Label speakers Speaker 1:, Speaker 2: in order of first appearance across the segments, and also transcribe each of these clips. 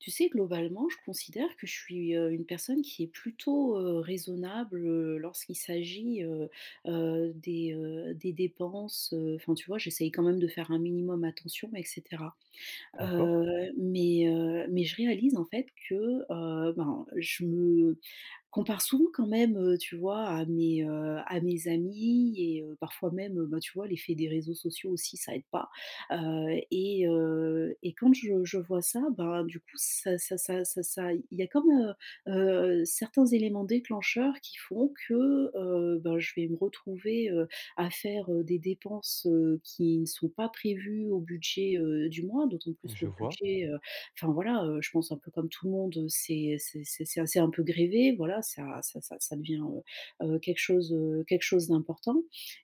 Speaker 1: Tu sais, globalement, je considère que je suis une personne qui est plutôt raisonnable lorsqu'il s'agit des dépenses. Enfin, tu vois, j'essaye quand même de faire un minimum attention, etc.
Speaker 2: D'accord,
Speaker 1: Euh, mais je réalise en fait que je me compare souvent quand même, tu vois, à à mes amis et parfois même, bah, tu vois, l'effet des réseaux sociaux aussi, ça aide pas. Et quand je vois ça, ben, du coup, ça ça ça ça ça il y a comme, certains éléments déclencheurs qui font que, ben, je vais me retrouver, à faire, des dépenses, qui ne sont pas prévues au budget, du mois. D'autant plus que
Speaker 2: je
Speaker 1: le
Speaker 2: vois.
Speaker 1: budget, enfin voilà, je pense un peu comme tout le monde, c'est un peu grévé, voilà, ça devient, quelque chose d'important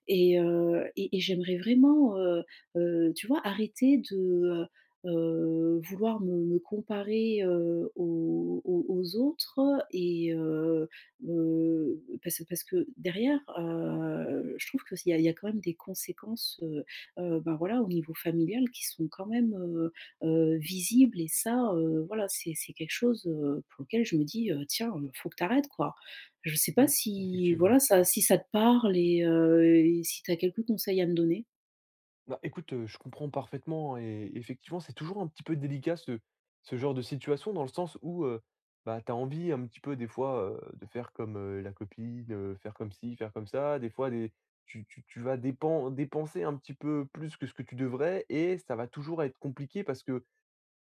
Speaker 1: et j'aimerais vraiment, tu vois, arrêter de, vouloir me comparer, aux autres et heu parce que derrière, je trouve qu'il y a quand même des conséquences, ben voilà, au niveau familial qui sont quand même, visible et ça, voilà, c'est quelque chose, pour lequel je me dis, «Tiens, faut que t'arrêtes quoi». Je sais pas
Speaker 2: Mmh,
Speaker 1: si
Speaker 2: effectivement.
Speaker 1: voilà, ça si ça te parle et si tu as quelques conseils à me donner?
Speaker 2: Bah, écoute, je comprends parfaitement et effectivement, c'est toujours un petit peu délicat ce ce genre de situation dans le sens où, bah, tu as envie un petit peu des fois, de faire comme, la copine, faire comme ci, faire comme ça. Des fois des Tu vas dépenser un petit peu plus que ce que tu devrais, et ça va toujours être compliqué parce que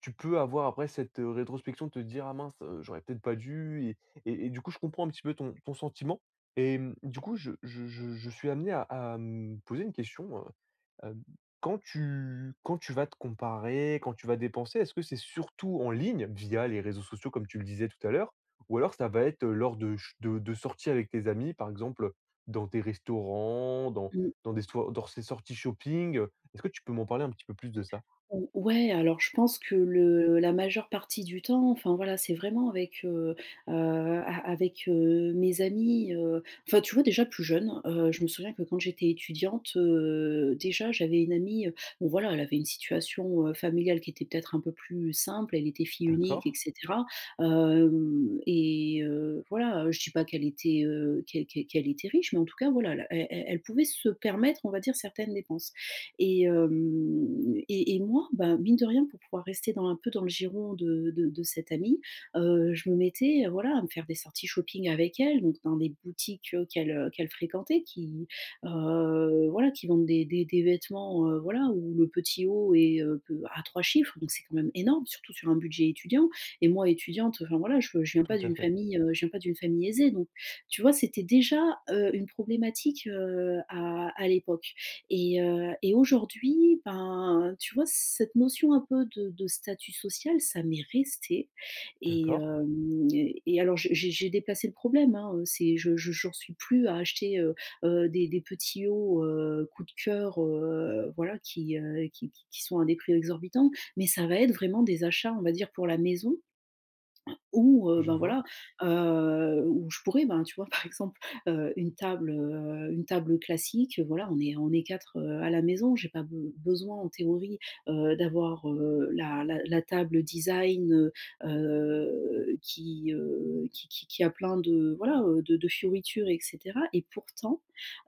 Speaker 2: tu peux avoir après cette, rétrospection de te dire: «Ah mince, j'aurais peut-être pas dû», et du coup, je comprends un petit peu ton sentiment et mmh, du coup, je suis amené à me poser une question. Hem, quand tu vas te comparer, quand tu vas dépenser, est-ce que c'est surtout en ligne, via les réseaux sociaux comme tu le disais tout à l'heure? Ou alors ça va être, lors de sorties avec tes amis, par exemple, dans des restaurants, dans
Speaker 1: Mmh.
Speaker 2: dans des soi dans ces sorties shopping, Est-ce que tu peux m'en parler un petit peu plus de ça?
Speaker 1: Ou ouais, alors je pense que le la majeure partie du temps, enfin voilà, c'est vraiment avec, a avec, mes amis, enfin tu vois déjà plus jeune, je me souviens que quand j'étais étudiante, déjà j'avais une amie, bon voilà, elle avait une situation, familiale qui était peut-être un peu plus simple, elle était fille unique
Speaker 2: D'accord,
Speaker 1: et cetera. Hem et Voilà, je dis pas qu'elle était, qu'elle était riche, mais en tout cas voilà, elle pouvait se permettre, on va dire, certaines dépenses. Et hem et moi, bah, mine de rien, pour pouvoir rester dans un peu dans le giron de cette amie, je me mettais, voilà, à me faire des sorties shopping avec elle, donc dans des boutiques, qu'elle, qu'elle fréquentait qui, voilà, qui vendent des vêtements, voilà, où le petit haut est, peu à 3 chiffres, donc c'est quand même énorme, surtout sur un budget étudiant. Et moi étudiante, enfin voilà, je ne viens
Speaker 2: tout
Speaker 1: pas
Speaker 2: à
Speaker 1: d'une
Speaker 2: fait.
Speaker 1: famille, je viens pas d'une famille aisée, donc tu vois, c'était déjà, une problématique, à l'époque. Et aujourd'hui, ben, tu vois, cette notion un peu de statut social, ça m'est resté et
Speaker 2: D'accord,
Speaker 1: hem et alors j'ai déplacé le problème, hein, c'est je j'en suis plus à acheter, des petits hauts, coup de cœur, voilà, qui, qui qui sont à des prix exorbitants, mais ça va être vraiment des achats, on va dire, pour la maison où,
Speaker 2: je
Speaker 1: ben,
Speaker 2: vois,
Speaker 1: voilà, où je pourrais, ben, tu vois, par exemple, une table classique, voilà, on est quatre. À la maison, j'ai pas be besoin en théorie, d'avoir, la table design, qui, qui a plein de, voilà, de fioritures et cetera. et pourtant,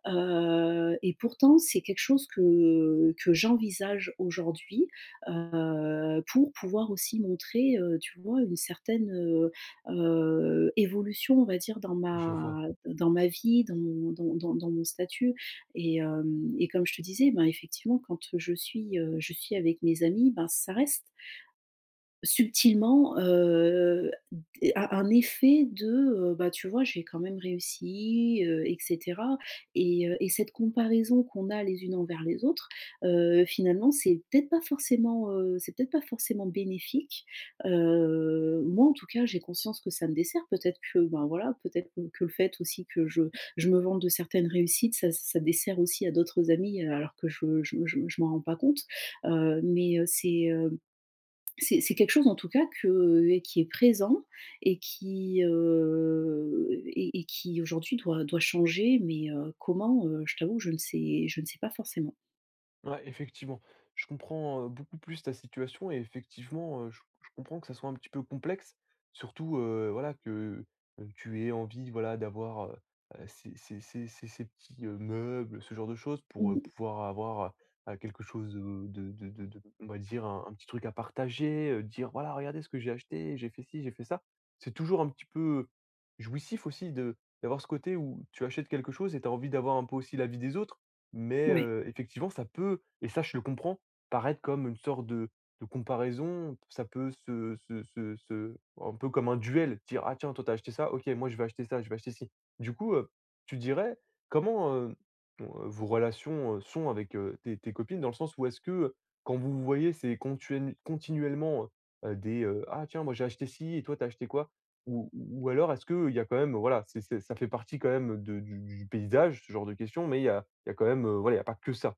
Speaker 1: Heu et pourtant, c'est quelque chose que j'envisage aujourd'hui, pour pouvoir aussi montrer, tu vois, une certaine, évolution, on va dire,
Speaker 2: je vois.
Speaker 1: dans ma vie, dans mon dans dans dans mon statut et comme je te disais, ben, effectivement, quand je suis avec mes amis, ben, ça reste subtilement, d un effet de, bah, tu vois, j'ai quand même réussi, et cette comparaison qu'on a les unes envers les autres, finalement, c'est peut-être pas forcément, bénéfique. Moi, en tout cas, j'ai conscience que ça me dessert. Peut-être que, ben, voilà, peut-être que le fait aussi que je me vante de certaines réussites, ça dessert aussi à d'autres amis, alors que je m'en rends pas compte. C'est, c'est quelque chose en tout cas que et qui est présent et qui, et qui aujourd'hui doit changer. Mais comment, je t'avoue je ne sais pas forcément.
Speaker 2: Ouais, effectivement. Je comprends, beaucoup plus ta situation, et effectivement, je comprends que ça soit un petit peu complexe. Surtout, voilà, que, tu aies envie, voilà, d'avoir, ces petits, meubles, ce genre de choses pour,
Speaker 1: Mmh.
Speaker 2: pouvoir avoir, quelque chose, de on va dire un petit truc à partager, dire: «Voilà, regardez ce que j'ai acheté, j'ai fait ci, j'ai fait ça». C'est toujours un petit peu jouissif aussi de d'avoir ce côté où tu achètes quelque chose et tu as envie d'avoir un peu aussi l'avis des autres. Mais
Speaker 1: Ouais.
Speaker 2: effectivement, ça peut, et ça, je le comprends, paraître comme une sorte de comparaison. Ça peut se se un peu comme un duel, dire: «Ah tiens, toi, t'as acheté ça, OK, moi, je vais acheter ça, je vais acheter ci». Du coup, tu dirais, comment, ton vos relations, sont avec, tes copines? Dans le sens où est-ce que, quand vous vous voyez, c'est contuel continuellement, des, «Ah tiens, moi, j'ai acheté ci et toi, t'as acheté quoi?» ou alors est-ce qu'il y a quand même, voilà, c'est ça fait partie quand même de du paysage, ce genre de questions, mais il y a quand même, voilà, il y a pas que ça.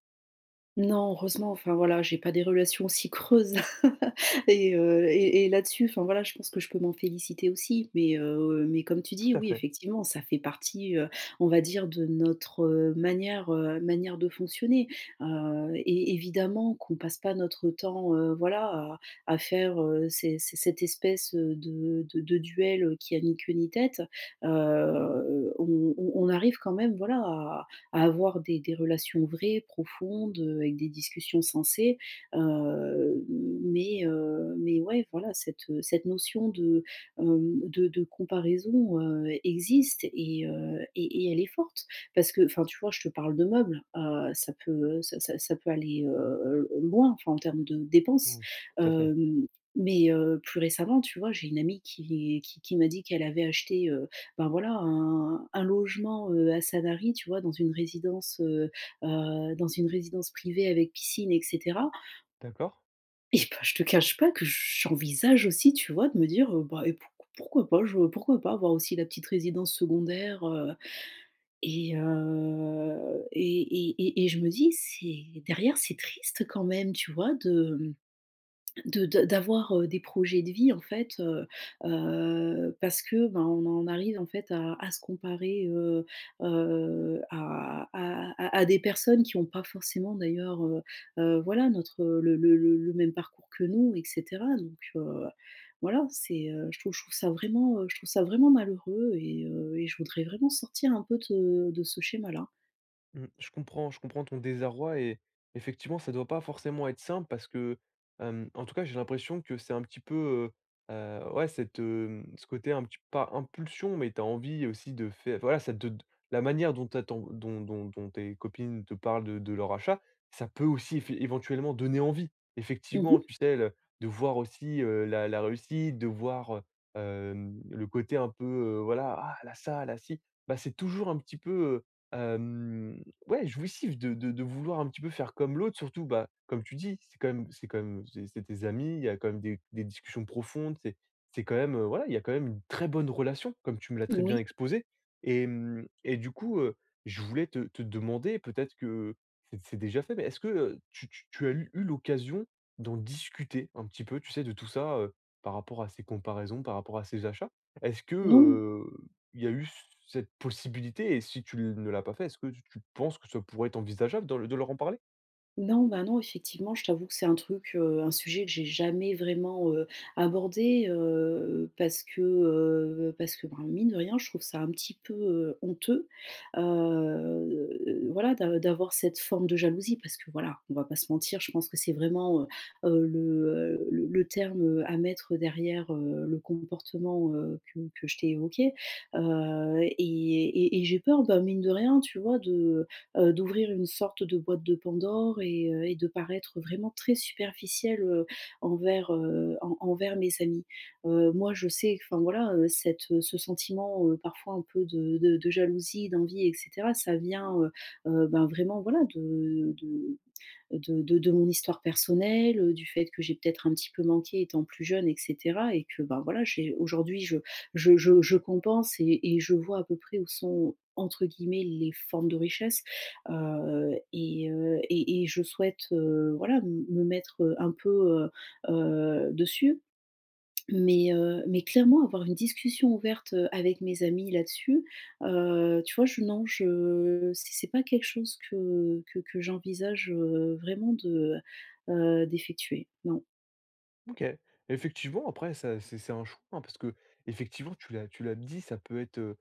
Speaker 1: Non, heureusement, enfin voilà, j'ai pas des relations aussi creuses Et et là-dessus, enfin voilà, je pense que je peux m'en féliciter aussi. Mais comme tu
Speaker 2: Tout
Speaker 1: dis,
Speaker 2: à
Speaker 1: oui,
Speaker 2: fait.
Speaker 1: effectivement, ça fait partie, on va dire de notre, manière de fonctionner. Et évidemment qu'on passe pas notre temps, voilà, à faire, ces ces cette espèce, de duel, qui a ni queue ni tête. On arrive quand même, voilà, à avoir des relations vraies, profondes, avec des discussions sensées. heu, mais ouais, voilà, cette, cette notion de, de comparaison, existe et et elle est forte parce que enfin, tu vois, je te parle de meubles, ça peut, ça peut aller, loin, enfin, en termes de dépenses.
Speaker 2: Mmh, tout à fait.
Speaker 1: hem, mais plus récemment, tu vois, j'ai une amie qui m'a dit qu'elle avait acheté, ben voilà, un logement, à Sanary, tu vois? Dans une résidence privée avec piscine et cetera.
Speaker 2: D'accord.
Speaker 1: Et ben je te cache pas que j'envisage aussi, tu vois? De me dire, «Bah et pourquoi pas? Je pourquoi pas avoir aussi la petite résidence secondaire?» Et je me dis: «C'est derrière, c'est triste quand même», tu vois? De D'avoir, des projets de vie en fait, parce que, ben, on en arrive en fait à se comparer, à des personnes qui n'ont pas forcément d'ailleurs, voilà, notre, le même parcours que nous, etc. donc voilà, c'est, je trouve ça vraiment, je trouve ça vraiment malheureux et je voudrais vraiment sortir un peu de ce schéma-là.
Speaker 2: Mmh, je comprends ton désarroi, et effectivement, ça doit pas forcément être simple parce que, en tout cas, j'ai l'impression que c'est un petit peu, ouais, cette, ce côté un petit pas impulsion, mais tu as envie aussi de faire voilà, ça te la manière dont tu attends dont tes copines te parlent de leur achat, ça peut aussi effé éventuellement donner envie. Effectivement, tu
Speaker 1: Mmh.
Speaker 2: sais, le de voir aussi, la réussite, de voir, le côté un peu, voilà: «Ah, elle ça, la a ci». Bah, c'est toujours un petit peu, heu, ouais, jouissif de vouloir un petit peu faire comme l'autre, surtout, bah, comme tu dis, c'est quand même c'est tes amis, il y a quand même des discussions profondes, c'est quand même, voilà, il y a quand même une très bonne relation, comme tu me l'as très bien
Speaker 1: Oui.
Speaker 2: exposé, et mmh et du coup, je voulais te demander, peut-être que c'est déjà fait, mais est-ce que, tu as eu l'occasion d'en discuter un petit peu, tu sais, de tout ça, par rapport à ces comparaisons, par rapport à ces achats? Est-ce
Speaker 1: Non.
Speaker 2: que, il y a eu cette possibilité, et si tu ne l'as pas fait, est-ce que tu penses que ça pourrait être envisageable de leur en parler?
Speaker 1: Non, bah, non, effectivement, je t'avoue que c'est un truc, un sujet que j'ai jamais vraiment, abordé, parce que, ben, mine de rien, je trouve ça un petit peu, honteux, voilà, d'avoir cette forme de jalousie parce que, voilà, on va pas se mentir, je pense que c'est vraiment, heu, le, le terme, à mettre derrière, le comportement, que je t'ai évoqué. Et j'ai peur, bah, mine de rien, tu vois, de, d'ouvrir une sorte de boîte de Pandore et de paraître vraiment très superficielle, envers mes amis. Moi je sais, enfin voilà, cette, ce sentiment, parfois un peu de jalousie, d'envie et cetera, ça vient, ben, vraiment voilà de mon histoire personnelle, du fait que j'ai peut-être un petit peu manqué étant plus jeune, etc. Et que ben voilà, aujourd'hui je compense, et je vois à peu près où sont entre guillemets les formes de richesse. Et je souhaite voilà me mettre un peu dessus. Mais mais clairement avoir une discussion ouverte, avec mes amis là-dessus, tu vois? Je non, je c'est pas quelque chose que j'envisage, vraiment de, d'effectuer. Non,
Speaker 2: OK. Effectivement, après ça c'est un choix, hein, parce que, effectivement, tu l'as dit, ça peut être, heu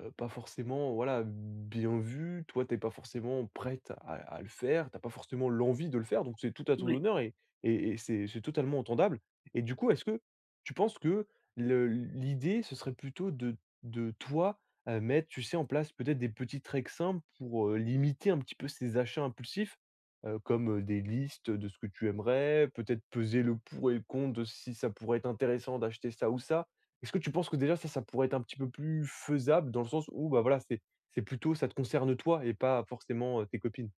Speaker 2: heu, pas forcément, voilà, bien vu. Toi, t'es pas forcément prête à le faire, t'as pas forcément l'envie de le faire, donc c'est tout à ton
Speaker 1: ouais.
Speaker 2: honneur, et et c'est totalement entendable, et du coup, est-ce que tu penses que le l'idée, ce serait plutôt de toi, mettre, tu sais, en place peut-être des petits tricks simples pour, limiter un petit peu ces achats impulsifs, comme, des listes de ce que tu aimerais, peut-être peser le pour et le contre de si ça pourrait être intéressant d'acheter ça ou ça? Est-ce que tu penses que déjà ça, ça pourrait être un petit peu plus faisable dans le sens où, bah, voilà, c'est plutôt ça te concerne toi et pas forcément, tes copines?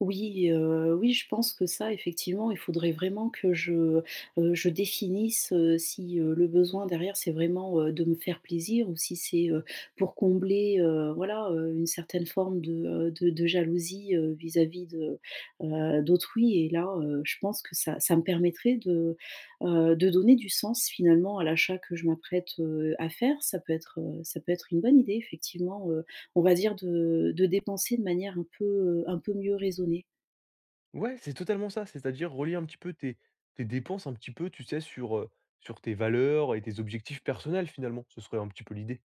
Speaker 1: Oui, oui, je pense que ça, effectivement, il faudrait vraiment que je définisse, si, le besoin derrière, c'est vraiment, de me faire plaisir ou si c'est, pour combler, une certaine forme de, de jalousie, vis-à-vis de, d'autrui. Et là, je pense que ça me permettrait de donner du sens finalement à l'achat que je m'apprête, à faire. Ça peut être, une bonne idée effectivement, on va dire de dépenser de manière un peu mieux raisonnée.
Speaker 2: Ouais, c'est totalement ça, c'est-à-dire relier un petit peu tes tes dépenses un petit peu, tu sais, sur, sur tes valeurs et tes objectifs personnels finalement, ce serait un petit peu l'idée.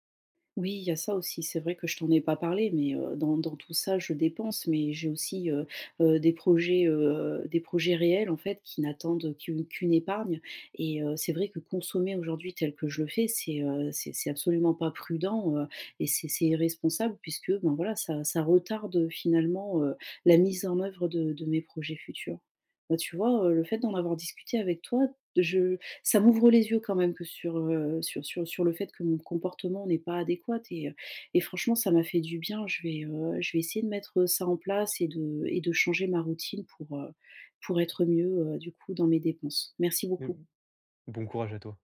Speaker 1: Oui, il y a ça aussi, c'est vrai que je t'en ai pas parlé, mais, dans tout ça, je dépense, mais j'ai aussi, des projets réels en fait qui n'attendent qu'une épargne c'est vrai que consommer aujourd'hui tel que je le fais, c'est absolument pas prudent. Et c'est irresponsable puisque, ben, voilà, ça retarde, finalement, la mise en œuvre de mes projets futurs. Bah, tu vois, le fait d'en avoir discuté avec toi, je ça m'ouvre les yeux quand même que sur, sur le fait que mon comportement n'est pas adéquat. Et franchement ça m'a fait du bien. Je vais essayer de mettre ça en place et de changer ma routine pour être mieux, du coup dans mes dépenses. Merci
Speaker 2: Mais
Speaker 1: beaucoup.
Speaker 2: bon courage à toi.